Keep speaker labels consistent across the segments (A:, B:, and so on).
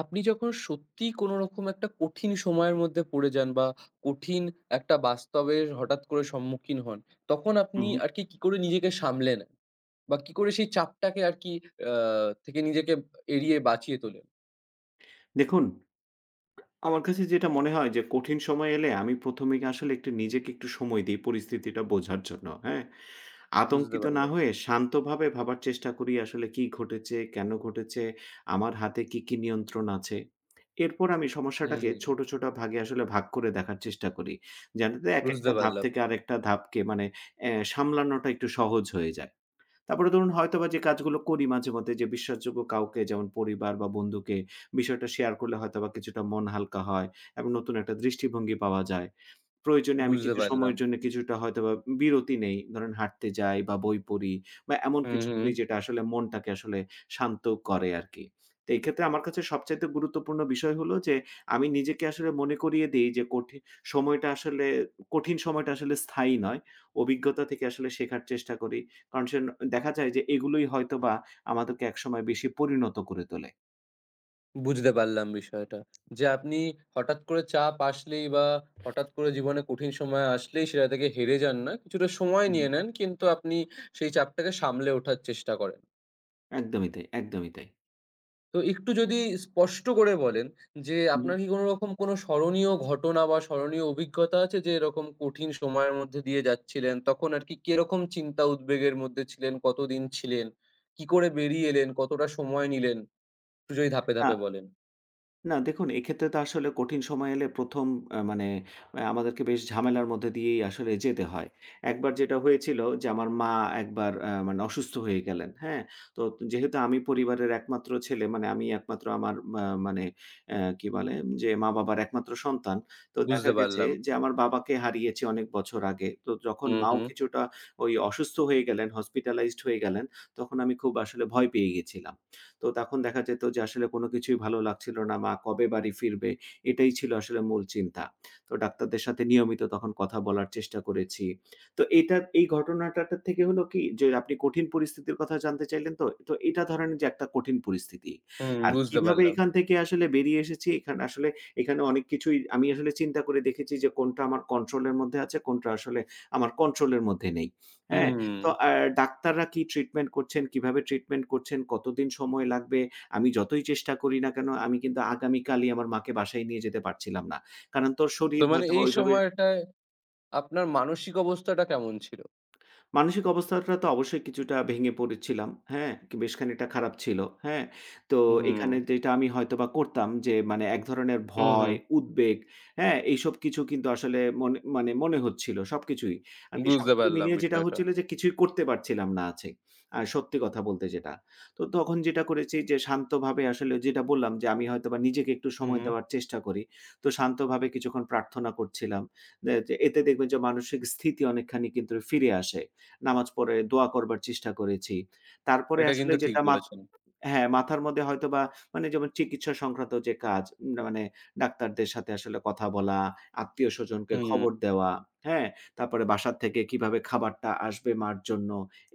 A: আপনি যখন সত্যিই কোনো রকম একটা কঠিন সময়ের মধ্যে পড়ে যান বা কঠিন একটা বাস্তবের হঠাৎ করে সম্মুখীন হন, তখন
B: হুম,
A: আপনি
B: হুম।
A: আর কি করে নিজেকে সামলে নেন? বা কি করে সেই চাপটাকে আর কি আ থেকে নিজেকে এড়িয়ে বাঁচিয়ে তোলেন?
B: দেখুন, আমার কাছে যেটা মনে হয় যে কঠিন সময় এলে আমি ১ম এ আসলে একটু নিজেকে একটু সময় দেই পরিস্থিতিটা বোঝার জন্য, হ্যাঁ?
A: বুঝতে
B: আতঙ্কিত না
A: পারলাম।
B: হয়ে শান্তভাবে ভাবার চেষ্টা করি আসলে কি ঘটেছে, কেন ঘটেছে, আমার হাতে কি, কি নিয়ন্ত্রণ আছে। এরপর আমি সমস্যাটাকে
A: হুম।
B: ছোট, ছোট ভাগে আসলে ভাগ করে দেখার চেষ্টা করি। যাতে
A: বুঝতে
B: একেকটা ধাপ
A: পারলাম,
B: থেকে আরেকটা ধাপকে মানে সামলানোটা একটু সহজ হয়ে যায়। তারপরে ধরুন হয়তোবা যে কাজগুলো করি মাঝেমধ্যে যে বিশ্বাসযোগ্য কাউকে যেমন পরিবার বা বন্ধুকে বিষয়টা শেয়ার করলে হয়তোবা কিছুটা মন হালকা হয় এবং নতুন একটা দৃষ্টিভঙ্গি পাওয়া যায়। প্রয়োজনে আমি
A: বুঝতে
B: কিছু
A: পারলাম।
B: সময়ের জন্য কিছুটা হয়তোবা বিরতি নেই। ধরেন হাঁটতে যাই বা বই পড়ি বা এমন
A: হুম,
B: কিছু
A: হুম।
B: করি যেটা আসলে মনটাকে আসলে শান্ত করে আরকি। তো এই ক্ষেত্রে আমার কাছে সবচাইতে গুরুত্বপূর্ণ বিষয় হলো যে, আমি নিজেকে আসলে মনে করিয়ে দেই যে সময়টা আসলে কঠিন সময়টা আসলে স্থায়ী নয়। অভিজ্ঞতা থেকে আসলে শেখার চেষ্টা করি। কারণ সেন দেখা যায় যে এগুলোই হয়তোবা আমাদেরকে একসময় বেশি পরিণত করে তোলে।
A: বুঝতে পারলাম বিষয়টা। যে আপনি হঠাৎ করে চাপ আসলেই বা হঠাৎ করে জীবনে কঠিন সময় আসলেই সেটা থেকে হেরে যান না। কিছুটা সময়
B: হুম।
A: নিয়ে নেন কিন্তু আপনি সেই চাপটাকে সামলে ওঠার চেষ্টা করেন।
B: একদমই তাই, একদমই তাই।
A: তো একটু যদি স্পষ্ট করে বলেন যে
B: হুম।
A: আপনার কি কোনো রকম কোনো স্মরণীয় ঘটনা বা স্মরণীয় অভিজ্ঞতা আছে যে এরকম কঠিন সময়ের মধ্যে দিয়ে যাচ্ছিলেন? তখন আরকি কিরকম চিন্তা উদ্বেগের মধ্যে ছিলেন? কতদিন ছিলেন? কি করে বেরিয়ে এলেন? কতটা সময় নিলেন? একটু যদি ধাপে, ধাপে বলেন।
B: না দেখুন, এক্ষেত্রে তো আসলে কঠিন সময় এলে ১ম আ মানে আ আমাদেরকে বেশ ঝামেলার মধ্যে দিয়েই আসলে যেতে হয়। একবার যেটা হয়েছিল যে আমার মা একবার আ মানে অসুস্থ হয়ে গেলেন, হ্যাঁ? তো যেহেতু আমি পরিবারের একমাত্র ছেলে মানে আমি একমাত্র আমার মা মানে অ্যা কি বলে যে মা-বাবার একমাত্র সন্তান। তো
A: বুঝতে
B: দেখা গেছে
A: পারলাম।
B: যে আমার বাবাকে হারিয়েছি অনেক বছর আগে। তো যখন
A: হু,
B: মাও
A: হু।
B: কিছুটা ওই অসুস্থ হয়ে গেলেন, হসপিটালাইজড হয়ে গেলেন, তখন আমি খুব আসলে ভয় পেয়ে গেছিলাম। তো তখন দেখা যেত যে আসলে কোনো কিছুই ভালো লাগছিল না। মা কবে বাড়ি ফিরবে? এটাই ছিল আসলে মূল চিন্তা। তো ডাক্তারদের সাথে নিয়মিত তখন কথা বলার চেষ্টা করেছি। তো এটা এই ঘটনাটার থেকে হলো কি যে আপনি কঠিন পরিস্থিতির কথা জানতে চাইলেন তো? তো এটা ধরেন যে একটা কঠিন পরিস্থিতি।
A: হুম,
B: আর
A: বুঝতে
B: কিভাবে
A: পারলাম।
B: এখান থেকে আসলে বেরিয়ে এসেছি এখানে আসলে এখানে অনেক কিছুই আমি আসলে চিন্তা করে দেখেছি যে কোনটা আমার কন্ট্রোল এর মধ্যে আছে, কোনটা আসলে আমার কন্ট্রোল এর মধ্যে নেই। হ্যাঁ? তো
A: হুম।
B: ডাক্তাররা কি ট্রিটমেন্ট করছেন, কিভাবে ট্রিটমেন্ট করছেন, কতদিন সময় লাগবে? আমি যতই চেষ্টা করি না কেন, আমি কিন্তু আগামীকালই আমার মাকে বাসায় নিয়ে যেতে পারছিলাম না। কারণ তোর
A: তো
B: শরীর
A: মানে
B: হয়তোবা
A: এই
B: ওইভাবে
A: সময়টায় আপনার মানসিক অবস্থাটা কেমন ছিল?
B: মানসিক অবস্থাটা তো অবশ্যই কিছুটা ভেঙে পড়েছিলাম। হ্যাঁ? কি বেশ খানিকটা খারাপ ছিল। হ্যাঁ? তো
A: হুম,
B: এখানে যেটা আমি হয়তোবা করতাম যে মানে এক ধরনের
A: হুম, হুম।
B: ভয়, উদ্বেগ, হ্যাঁ? এইসব কিছু কিন্তু আসলে মনে মানে মনে হচ্ছিল সবকিছুই। আরকি
A: বুঝতে
B: সবকিছু
A: পারলাম
B: মিলিয়ে যেটা
A: বিষয়টা।
B: হচ্ছিল যে কিছুই করতে পারছিলাম না আছে। আর সত্যি কথা বলতে যেটা। তো তখন যেটা করেছি যে শান্তভাবে আসলে যেটা বললাম যে আমি হয়তোবা নিজেকে একটু
A: হুম,
B: সময়
A: হুম,
B: দেওয়ার চেষ্টা করি। তো শান্তভাবে কিছুক্ষণ প্রার্থনা করছিলাম। দে যে এতে দেখবেন যে মানসিক স্থিতি অনেকখানি কিন্তু ফিরে আসে। নামাজ পড়ে দোয়া করবার চেষ্টা করেছি। তারপরে
A: এটা
B: আসলে
A: কিন্তু ঠিক
B: যেটা মাথ
A: বলেছেন।
B: হ্যাঁ, মাথার মধ্যে হয়তোবা মানে যেমন চিকিৎসা সংক্রান্ত যে কাজ না মানে ডাক্তারদের সাথে আসলে কথা বলা, আত্মীয়স্বজনকে
A: হুম,
B: খবর দেওয়া, হ্যাঁ? তারপরে বাসার থেকে কিভাবে খাবারটা আসবে মা'র জন্য।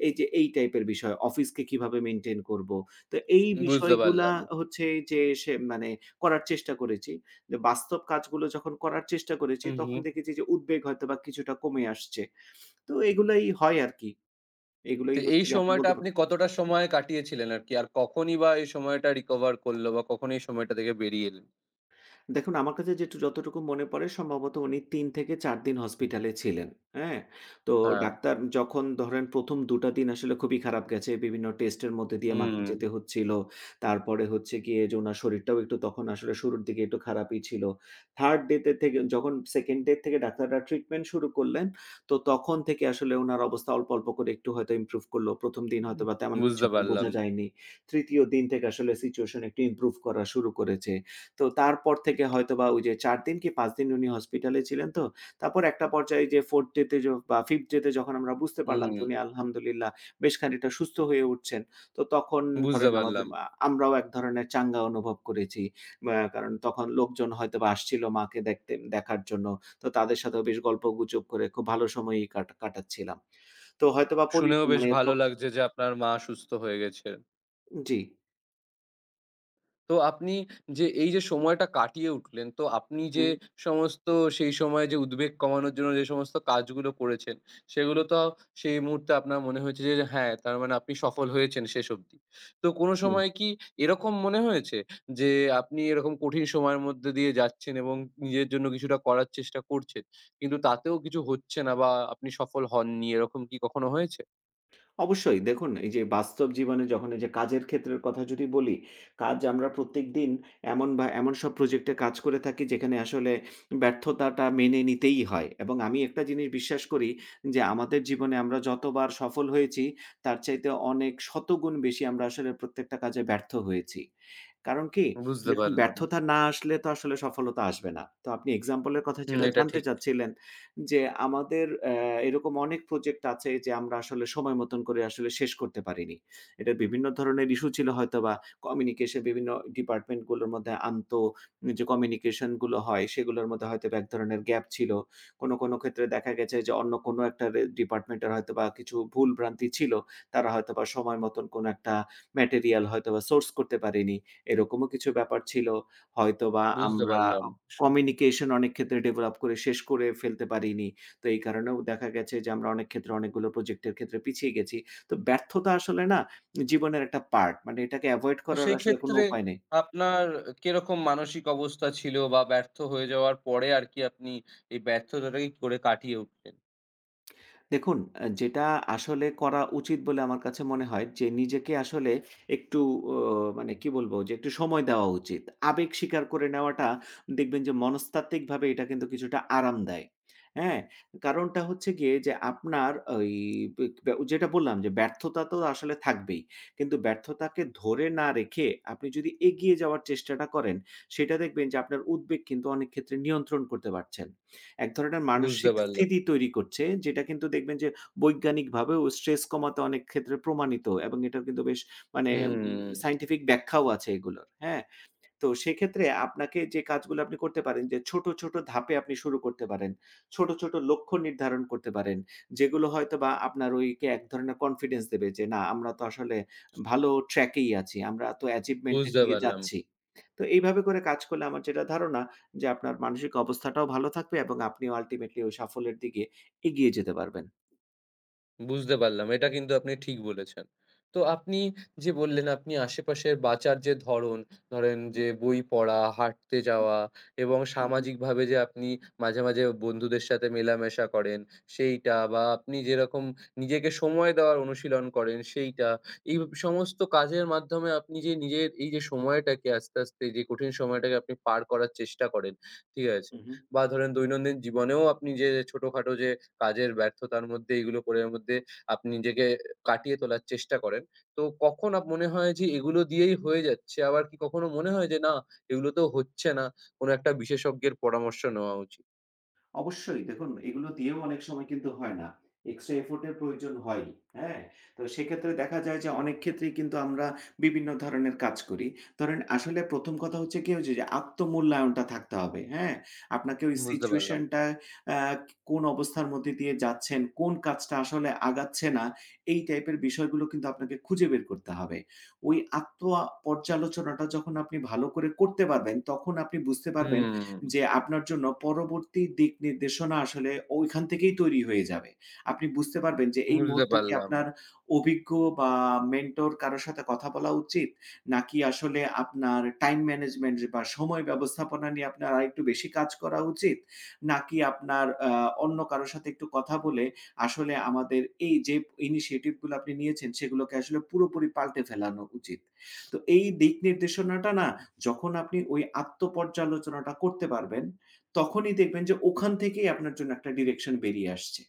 B: এই যে এই টাইপের বিষয়, অফিসকে কিভাবে মেইনটেইন করব। তো এই
A: বুঝতে
B: বিষয়গুলা
A: পারলাম।
B: হচ্ছে যে সে মানে করার চেষ্টা করেছি। যে বাস্তব কাজগুলো যখন করার চেষ্টা করেছি
A: হুম,
B: তখন
A: হুম।
B: দেখেছি যে উদ্বেগ হয়তোবা কিছুটা কমে আসছে। তো এগুলাই হয় আরকি।
A: তো
B: এগুলোই
A: এই
B: হচ্ছে গিয়ে আপনি
A: সময়টা
B: বলতে পা
A: আপনি কতটা সময় কাটিয়েছিলেন আরকি? আর কখনই বা এই সময়টা recover করল বা কখন এই সময়টা থেকে বেরিয়ে এলেন?
B: দেখুন, আমার কাছে যতটুকু মনে পড়ে সম্ভবত উনি ৩ থেকে ৪ দিন হসপিটালে ছিলেন। হ্যাঁ? তো
A: হ্যাঁ,
B: ডাক্তার যখন ধরেন ১ম ২ টা দিন আসলে খুবই খারাপ গেছে। বিভিন্ন টেস্টের মধ্যে দিয়ে মাকে
A: হুম।
B: যেতে হচ্ছিল। তারপরে হচ্ছে গিয়ে যে উনার শরীরটাও একটু তখন আসলে শুরুর দিকে একটু খারাপই ছিল। 3rd ডে তে থেকে যখন 2nd ডে থেকে ডাক্তাররা ট্রিটমেন্ট শুরু করলেন, তো তখন থেকে আসলে উনার অবস্থা অল্প, অল্প করে একটু হয়তো ইমপ্রুভ করল। ১ম দিন হয়তোবা তেমন কিছু
A: বুঝতে
B: একটু
A: পারলাম।
B: বোঝা যায়নি। ৩য় দিন থেকে আসলে সিচুয়েশন একটু ইমপ্রুভ করা শুরু করেছে। তো তারপর থেকে হয়তোবা ওই যে ৪ দিন কি ৫ দিন উনি হসপিটালে ছিলেন তো। তারপর একটা পর্যায়ে যে 4th ডে তে য বা 5th ডে তে যখন আমরা বুঝতে পারলাম
A: হুম,
B: যে উনি আলহামদুলিল্লাহ বেশ খানিকটা সুস্থ হয়ে উঠছেন। তো তখন
A: বুঝতে
B: ধরেন আমাদের
A: পারলাম।
B: আ আমরাও এক ধরনের চাঙ্গা অনুভব করেছি। কারণ তখন লোকজন হয়তোবা আসছিল মাকে দেখতে দেখার জন্য। তো তাদের সাথেও বেশ গল্পগুজব করে খুব ভালো সময়ই কাটাচ্ছিলাম। তো হয়তোবা পরি
A: শুনেও বেশ
B: মানে ত
A: ভালো লাগছে যে আপনার মা সুস্থ হয়ে গেছে।
B: জি।
A: তো আপনি যে এই যে সময়টা কাটিয়ে উঠলেন, তো আপনি যে
B: হুম,
A: সমস্ত সেই সময়ে যে উদ্বেগ কমানোর জন্য যে সমস্ত কাজগুলো করেছেন, সেগুলো তো সেই মুহূর্তে আপনার মনে হয়েছে যে যে হ্যাঁ, তার মানে আপনি সফল হয়েছেন শেষ অবধি। তো কোনো
B: হুম।
A: সময় কি এরকম মনে হয়েছে যে আপনি এরকম কঠিন সময়ের মধ্যে দিয়ে যাচ্ছেন এবং নিজের জন্য কিছুটা করার চেষ্টা করছেন, কিন্তু তাতেও কিছু হচ্ছে না বা আপনি সফল হননি এরকম কি কখনো হয়েছে?
B: অবশ্যই দেখুন এই যে বাস্তব জীবনে যখন এই যে কাজের ক্ষেত্রের কথা যদি বলি, কাজ আমরা প্রত্যেকদিন এমন বা এমন সব প্রজেক্টে কাজ করে থাকি যেখানে আসলে ব্যর্থতাটা মেনে নিতেই হয় এবং আমি একটা জিনিস বিশ্বাস করি যে আমাদের জীবনে আমরা যতবার সফল হয়েছি তার চাইতে অনেক শতগুণ বেশি আমরা আসলে প্রত্যেকটা কাজে ব্যর্থ হয়েছি। কারণ কি?
A: বুঝতে
B: দেখুন
A: পারলাম।
B: ব্যর্থতা না আসলে তো আসলে সফলতা আসবে না। তো আপনি এক্সাম্পল এর কথা
A: হুম,
B: যেটা
A: এটা
B: জানতে
A: ঠিক।
B: চাচ্ছিলেন যে আমাদের আহ, এরকম অনেক প্রজেক্ট আছে যে আমরা আসলে সময় মতন করে আসলে শেষ করতে পারিনি। এটার বিভিন্ন ধরনের ইস্যু ছিল হয়তোবা কমিউনিকেশন বিভিন্ন ডিপার্টমেন্ট গুলোর মধ্যে আন্তঃ যে কমিউনিকেশন গুলো হয় সেগুলোর মধ্যে হয়তোবা এক ধরনের গ্যাপ ছিল। কোনো, কোনো ক্ষেত্রে দেখা গেছে যে অন্য কোনো একটা ডিপার্টমেন্টের হয়তোবা কিছু ভুল ভ্রান্তি ছিল। তারা হয়তোবা সময় মতন কোনো একটা ম্যাটেরিয়াল হয়তোবা সোর্স করতে পারেনি। এরকমও কিছু ব্যাপার ছিল। হয়তোবা
A: বুঝতে
B: আমরা
A: পারলাম।
B: কমিউনিকেশন অনেক ক্ষেত্রে ডেভেলপ করে শেষ করে ফেলতে পারিনি। তো এই কারণেও দেখা গেছে যে আমরা অনেক ক্ষেত্রে অনেকগুলো প্রজেক্টের ক্ষেত্রে পিছিয়ে গেছি। তো ব্যর্থতা আসলে না জীবনের একটা পার্ট। মানে এটাকে এভয়েড
A: তো
B: করার
A: সেই
B: আসলে কোনো
A: ক্ষেত্রে
B: উপায় নেই।
A: আপনার কিরকম মানসিক অবস্থা ছিল বা ব্যর্থ হয়ে যাওয়ার পরে আর কি আপনি এই ব্যর্থতাটাকে কি করে কাটিয়ে উঠলেন?
B: দেখুন, যেটা আসলে করা উচিত বলে আমার কাছে মনে হয় যে নিজেকে আসলে একটু ও মানে কি বলবো? যে একটু সময় দেওয়া উচিত। আবেগ স্বীকার করে নেওয়াটা দেখবেন যে মনস্তাত্ত্বিকভাবে এটা কিন্তু কিছুটা আরাম দেয়। হ্যাঁ? কারণটা হচ্ছে গিয়ে যে আপনার ওই বিক ব্যা যেটা বললাম যে ব্যর্থতা তো আসলে থাকবেই। কিন্তু ব্যর্থতাকে ধরে না রেখে আপনি যদি এগিয়ে যাওয়ার চেষ্টাটা করেন, সেটা দেখবেন যে আপনার উদ্বেগ কিন্তু অনেক ক্ষেত্রে নিয়ন্ত্রণ করতে পারছেন। এক ধরনের
A: বুঝতে
B: মানসিক
A: পারলাম।
B: স্থিতি তৈরি করছে, যেটা কিন্তু দেখবেন যে বৈজ্ঞানিকভাবেও স্ট্রেস কমাতে অনেক ক্ষেত্রে প্রমাণিত এবং এটার কিন্তু বেশ মানে
A: হুম,
B: সায়েন্টিফিক ব্যাখ্যাও আছে এগুলোর। হ্যাঁ? তো সেক্ষেত্রে আপনাকে যে কাজগুলো আপনি করতে পারেন যে ছোট, ছোট ধাপে আপনি শুরু করতে পারেন। ছোট, ছোট লক্ষ্য নির্ধারণ করতে পারেন। যেগুলো হয়তোবা আপনার ওইকে এক ধরনের কনফিডেন্স দেবে যে না আমরা তো আসলে ভালো ট্র্যাক এই আছি। আমরা তো অ্যাচিভমেন্ট এর
A: বুঝতে
B: দিকে
A: পারলাম।
B: যাচ্ছি। তো এইভাবে করে কাজ করলে আমার যেটা ধারণা যে আপনার মানসিক অবস্থাটাও ভালো থাকবে এবং আপনিও আলটিমেটলি ওই সাফল্যের দিকে এগিয়ে যেতে পারবেন।
A: বুঝতে পারলাম। এটা কিন্তু আপনি ঠিক বলেছেন। তো আপনি যে বললেন, আপনি আশেপাশের বাঁচার যে ধরন, ধরেন
B: হু,
A: যে বই পড়া, হাঁটতে যাওয়া এবং
B: হু, হু,
A: সামাজিকভাবে যে আপনি মাঝে, মাঝে বন্ধুদের সাথে মেলামেশা করেন সেইটা বা আপনি যেরকম নিজেকে সময় দেওয়ার অনুশীলন করেন সেইটা। এই সমস্ত কাজের মাধ্যমে আপনি যে নিজের এই যে সময়টাকে আস্তে, আস্তে যে কঠিন সময়টাকে আপনি পার করার চেষ্টা করেন, ঠিক আছে?
B: হু, হু।
A: বা ধরেন দৈনন্দিন জীবনেও আপনি যে ছোটখাটো যে কাজের ব্যর্থতার মধ্যে এগুলো করে এর মধ্যে আপনি নিজেকে কাটিয়ে তোলার চেষ্টা করেন। তো কখন মনে হয় যে এগুলো দিয়েই হয়ে যাচ্ছে? আবার কি কখনো মনে হয় যে না এগুলো তো হচ্ছে না, কোনো একটা বিশেষজ্ঞের পরামর্শ নেওয়া উচিত?
B: অবশ্যই দেখুন এগুলো দিয়েও অনেক সময় কিন্তু হয় না। এক্সট্রা এফোর্ট এর প্রয়োজন হয়। হ্যাঁ? তো সেক্ষেত্রে দেখা যায় যে অনেক ক্ষেত্রেই কিন্তু আমরা বিভিন্ন ধরনের কাজ করি। ধরেন আসলে ১ম কথা হচ্ছে কি হচ্ছে যে আত্মমূল্যায়নটা থাকতে হবে। হ্যাঁ? আপনাকে ওই
A: বুঝতে পারলাম।
B: সিচুয়েশন টা আ কোন অবস্থার মধ্যে দিয়ে যাচ্ছেন, কোন কাজটা আসলে আগাচ্ছে না, এই টাইপের বিষয়গুলো কিন্তু আপনাকে খুঁজে বের করতে হবে। ওই আত্ম পর্যালোচনাটা যখন আপনি ভালো করে করতে পারবেন, তখন আপনি বুঝতে পারবেন
A: হুম,
B: যে আপনার জন্য পরবর্তী দিক নির্দেশনা আসলে ঐখান থেকেই তৈরি হয়ে যাবে। আপনি বুঝতে পারবেন যে এই
A: বুঝতে
B: মুহূর্তে কি
A: পারলাম,
B: আপনার অভিজ্ঞ বা মেন্টর কারো সাথে কথা বলা উচিত? নাকি আসলে আপনার টাইম ম্যানেজমেন্ট বা সময় ব্যবস্থাপনা নিয়ে আপনার আরেকটু বেশি কাজ করা উচিত? নাকি আপনার অন্য কারো সাথে একটু কথা বলে আসলে আমাদের এই যে ইনিশিয়েটিভ গুলো আপনি নিয়েছেন সেগুলোকে আসলে পুরোপুরি পাল্টে ফেলানো উচিত? তো এই দিক নির্দেশনাটা না যখন আপনি ওই আত্ম-পর্যালোচনাটা করতে পারবেন, তখনই দেখবেন যে ওখান থেকেই আপনার জন্য একটা ডিরেকশন বেরিয়ে আসছে।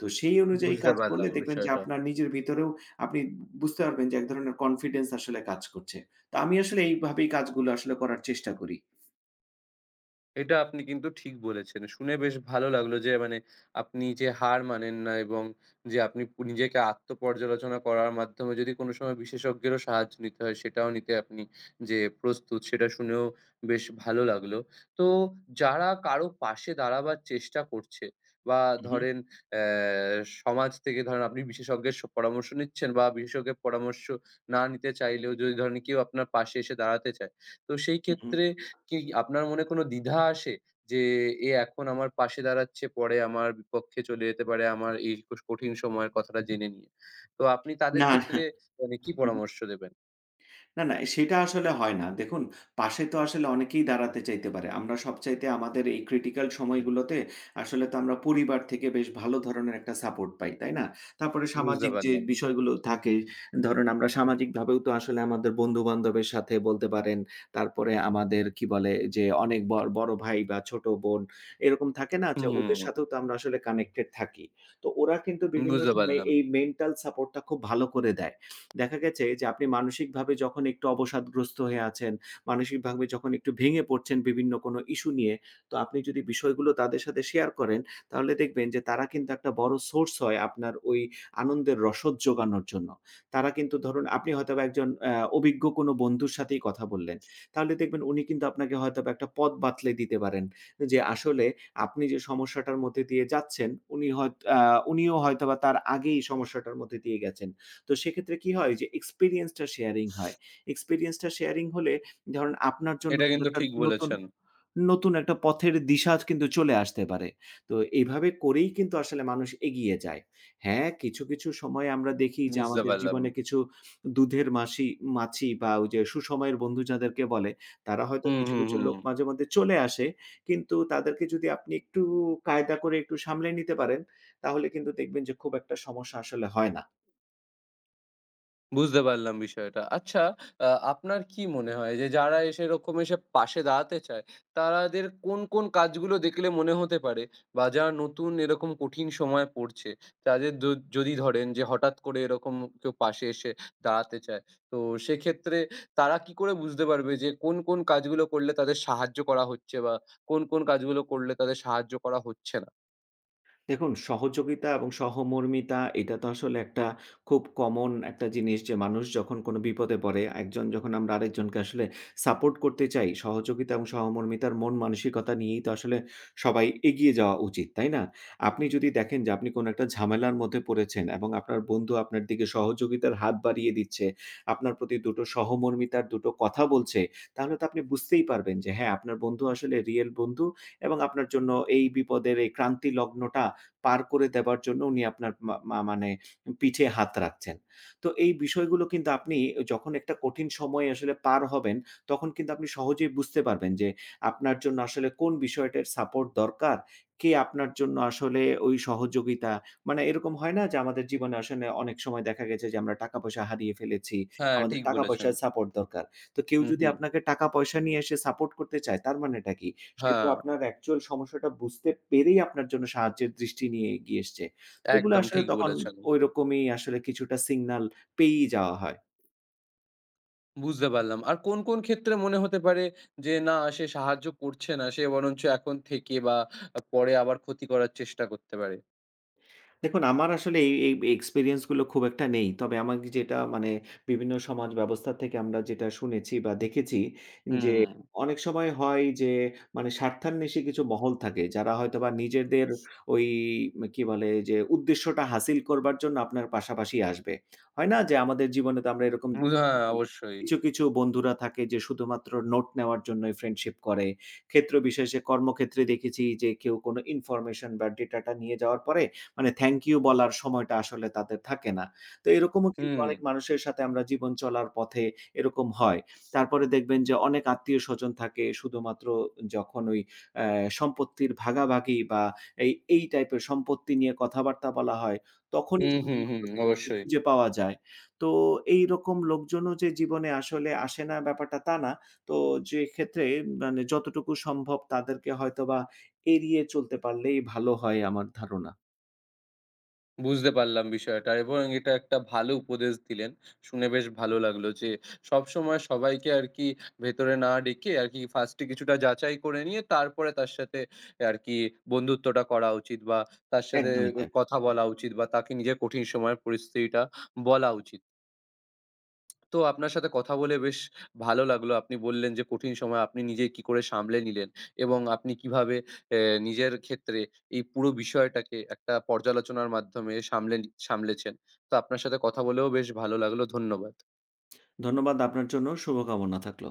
B: তো সেই অনুযায়ী
A: বুঝতে
B: কাজ করলে
A: পারলাম
B: দেখবেন যে
A: বিষয়টা।
B: আপনার নিজের ভিতরেও আপনি বুঝতে পারবেন যে এক ধরনের কনফিডেন্স আসলে কাজ করছে। তো আমি আসলে এইভাবেই কাজগুলো আসলে করার চেষ্টা করি।
A: এটা আপনি কিন্তু ঠিক বলেছেন। শুনে বেশ ভালো লাগলো যে মানে আপনি যে হার মানেন না এবং যে আপনি নিজেকে আত্মপর্যালোচনা করার মাধ্যমে যদি কোনো সময় বিশেষজ্ঞেরও সাহায্য নিতে হয় সেটাও নিতে আপনি যে প্রস্তুত সেটা শুনেও বেশ ভালো লাগলো। তো যারা কারো পাশে দাঁড়াবার চেষ্টা করছে বা
B: হু, হু,
A: ধরেন অ্যা সমাজ থেকে ধরেন আপনি বিশেষজ্ঞের পরামর্শ নিচ্ছেন বা বিশেষজ্ঞের পরামর্শ না নিতে চাইলেও যদি ধরেন কেউ আপনার পাশে এসে দাঁড়াতে চায়। তো সেই
B: হু, হু।
A: ক্ষেত্রে কি আপনার মনে কোনো দ্বিধা আসে? যে এখন আমার পাশে দাঁড়াচ্ছে, পরে আমার বিপক্ষে চলে যেতে পারে আমার এই কঠিন সময়ের কথাটা জেনে নিয়ে। তো আপনি তাদের
B: না, না।
A: ক্ষেত্রে মানে কি পরামর্শ দেবেন?
B: না, না, সেটা আসলে হয় না। দেখুন, পাশে তো আসলে অনেকেই দাঁড়াতে চাইতে পারে। আমরা সবচাইতে আমাদের এই ক্রিটিক্যাল সময়গুলোতে আসলে তো আমরা পরিবার থেকে বেশ ভালো ধরনের একটা সাপোর্ট পাই, তাই না? তারপরে
A: বুঝতে
B: সামাজিক যে
A: পারলাম।
B: বিষয়গুলো থাকে, ধরেন আমরা সামাজিকভাবেও তো আসলে আমাদের বন্ধু-বান্ধবের সাথে বলতে পারেন। তারপরে আমাদের কি বলে যে অনেক বড়, বড় ভাই বা ছোট বোন এরকম থাকে না যে ওদের
A: হুম,
B: সাথেও তো আমরা আসলে কানেক্টেড থাকি। তো ওরা কিন্তু বিভিন্ন
A: বুঝতে
B: সময়
A: পারলাম।
B: এই মেন্টাল সাপোর্টটা খুব ভালো করে দেয়। দেখা গেছে যে আপনি মানসিকভাবে যখন একটু অবসাদগ্রস্ত হয়ে আছেন, মানসিকভাবে যখন একটু ভেঙে পড়ছেন বিভিন্ন কোনো ইস্যু নিয়ে, তো আপনি যদি বিষয়গুলো তাদের সাথে শেয়ার করেন, তাহলে দেখবেন যে তারা কিন্তু একটা বড় সোর্স হয় আপনার ওই আনন্দের রসদ যোগানোর জন্য। তারা কিন্তু ধরুন আপনি হয়তোবা একজন অভিজ্ঞ কোনো বন্ধুর সাথেই কথা বললেন। তাহলে দেখবেন উনি কিন্তু আপনাকে হয়তোবা একটা পথ বাতলে দিতে পারেন। যে আসলে আপনি যে সমস্যাটার মধ্যে দিয়ে যাচ্ছেন, উনিও হয়তোবা তার আগেই সমস্যাটার মধ্যে দিয়ে গেছেন। তো সেক্ষেত্রে কি হয়? যে এক্সপেরিয়েন্সটা শেয়ারিং হয়। এক্সপেরিয়েন্সটা শেয়ারিং হলে ধরেন আপনার জন্য
A: এটা
B: কিন্তু
A: কিন্তু
B: একটা
A: ঠিক
B: নতুন
A: বলেছেন।
B: নতুন একটা পথের দিশা কিন্তু চলে আসতে পারে। তো এভাবে করেই কিন্তু আসলে মানুষ এগিয়ে যায়। হ্যাঁ, কিছু, কিছু সময় আমরা দেখি যে
A: বুঝতে
B: আমাদের
A: পারলাম।
B: জীবনে কিছু দুধের মাছি বা ওই যে সুসময়ের বন্ধু যাদেরকে বলে, তারা হয়তো
A: হুম,
B: কিছু,
A: হুম,
B: কিছু লোক
A: হুম।
B: মাঝে মধ্যে চলে আসে। কিন্তু তাদেরকে যদি আপনি একটু কায়দা করে একটু সামলে নিতে পারেন, তাহলে কিন্তু দেখবেন যে খুব একটা সমস্যা আসলে হয় না।
A: বুঝতে পারলাম বিষয়টা। আচ্ছা আপনার কি মনে হয় যে যারা এসে এরকম এসে পাশে দাঁড়াতে চায়, তাদের কোন, কোন কাজগুলো দেখলে মনে হতে পারে বা যারা নতুন এরকম কঠিন সময়ে পড়ছে, তাদের যদি ধরেন যে হঠাৎ করে এরকম কেউ পাশে এসে দাঁড়াতে চায়, তো সেক্ষেত্রে তারা কি করে বুঝতে পারবে যে কোন, কোন কাজগুলো করলে তাদের সাহায্য করা হচ্ছে বা কোন, কোন কাজগুলো করলে তাদের সাহায্য করা হচ্ছে না?
B: দেখুন, সহযোগিতা এবং সহমর্মিতা এটা তো আসলে একটা খুব কমন একটা জিনিস যে মানুষ যখন কোনো বিপদে পড়ে, একজন যখন আমরা আরেকজনকে আসলে সাপোর্ট করতে চাই, সহযোগিতা এবং সহমর্মিতার মন মানসিকতা নিয়েই তো আসলে সবাই এগিয়ে যাওয়া উচিত, তাই না? আপনি যদি দেখেন যে আপনি কোনো একটা ঝামেলার মধ্যে পড়েছেন এবং আপনার বন্ধু আপনার দিকে সহযোগিতার হাত বাড়িয়ে দিচ্ছে, আপনার প্রতি দুটো সহমর্মিতার দুটো কথা বলছে, তাহলে তো আপনি বুঝতেই পারবেন যে হ্যাঁ, আপনার বন্ধু আসলে রিয়েল বন্ধু এবং আপনার জন্য এই বিপদের এই ক্রান্তি লগ্নটা পার করে দেবার জন্য উনি আপনার মা মা মানে পিঠে হাত রাখছেন। তো এই বিষয়গুলো কিন্তু আপনি যখন একটা কঠিন সময় আসলে পার হবেন, তখন কিন্তু আপনি সহজেই বুঝতে পারবেন যে আপনার জন্য আসলে কোন বিষয়টার সাপোর্ট দরকার, কে আপনার জন্য আসলে ওই সহযোগিতা মানে এরকম হয় না যে আমাদের জীবনে আসলে অনেক সময় দেখা গেছে যে আমরা টাকা-পয়সা হারিয়ে ফেলেছি।
A: হ্যাঁ,
B: আমাদের
A: ঠিক বলেছেন।
B: টাকা-পয়সার সাপোর্ট দরকার। তো কেউ
A: হুম,
B: যদি
A: হুম।
B: আপনাকে টাকা-পয়সা নিয়ে এসে সাপোর্ট করতে চায় তার মানেটা কি? সে তো
A: হ্যাঁ,
B: আপনার অ্যাকচুয়াল সমস্যাটা বুঝতে পেরেই আপনার জন্য সাহায্যের দৃষ্টি নিয়ে এগিয়ে এসছে। এগুলো
A: একদম
B: আসলে
A: ঠিক
B: তখন
A: বলেছেন।
B: ঐরকমই আসলে কিছুটা সিগনাল পেয়েই যাওয়া হয়।
A: বুঝতে পারলাম। আর কোন, কোন ক্ষেত্রে মনে হতে পারে যে না সে সাহায্য করছে না, সে বরঞ্চ এখন থেকে বা পরে আবার ক্ষতি করার চেষ্টা করতে পারে?
B: দেখুন, আমার আসলে এই এই এক্সপেরিয়েন্স গুলো খুব একটা নেই। তবে আমার যেটা মানে বিভিন্ন সমাজ ব্যবস্থা থেকে আমরা যেটা শুনেছি বা দেখেছি যে,
A: হুম,
B: অনেক সময় হয় যে মানে স্বার্থান্বেষী কিছু মহল থাকে। যারা হয়তোবা নিজেদের ওই কি বলে যে উদ্দেশ্যটা হাসিল করবার জন্য আপনার পাশাপাশি আসবে। হয় না যে আমাদের জীবনে তো আমরা এরকম
A: হ্যাঁ,
B: দেখেছি,
A: অবশ্যই।
B: কিছু, কিছু বন্ধুরা থাকে যে শুধুমাত্র নোট নেওয়ার জন্যই ফ্রেন্ডশিপ করে। ক্ষেত্র বিশেষে কর্মক্ষেত্রে দেখেছি যে কেউ কোনো ইনফরমেশন বা ডেটাটা নিয়ে যাওয়ার পরে মানে থ্যাংক ইউ বলার সময়টা আসলে তাদের থাকে না। তো এরকমও কিন্তু
A: হুম,
B: অনেক মানুষের সাথে আমরা জীবন চলার পথে এরকম হয়। তারপরে দেখবেন যে অনেক আত্মীয়স্বজন থাকে শুধুমাত্র যখন ওই অ্যা সম্পত্তির ভাগাভাগি বা এই টাইপের সম্পত্তি নিয়ে কথাবার্তা বলা হয়, তখনই
A: হুম, হুম, হুম,
B: শুধুমাত্র তাদেরকে
A: অবশ্যই।
B: খুঁজে পাওয়া যায়। তো এইরকম লোকজনও যে জীবনে আসলে আসে না ব্যাপারটা তা না। তো যে ক্ষেত্রে মানে যতটুকু সম্ভব তাদেরকে হয়তোবা এড়িয়ে চলতে পারলেই ভালো হয় আমার ধারণা।
A: বুঝতে পারলাম বিষয়টা এবং এটা একটা ভালো উপদেশ দিলেন। শুনে বেশ ভালো লাগলো যে সবসময় সবাইকে আরকি ভেতরে না ডেকে আরকি ফার্স্টে কিছুটা যাচাই করে নিয়ে তারপরে তার সাথে আরকি বন্ধুত্বটা করা উচিত বা তার সাথে
B: একদমই তাই।
A: কথা বলা উচিত বা তাকে নিজের কঠিন সময়ের পরিস্থিতিটা বলা উচিত। তো আপনার সাথে কথা বলে বেশ ভালো লাগলো। আপনি বললেন যে কঠিন সময় আপনি নিজে কি করে সামলে নিলেন এবং আপনি কিভাবে এ নিজের ক্ষেত্রে এই পুরো বিষয়টাকে একটা পর্যালোচনার মাধ্যমে সামলে সামলেছেন। তো আপনার সাথে কথা বলেও বেশ ভালো লাগলো। ধন্যবাদ।
B: ধন্যবাদ আপনার জন্য শুভকামনা থাকলো।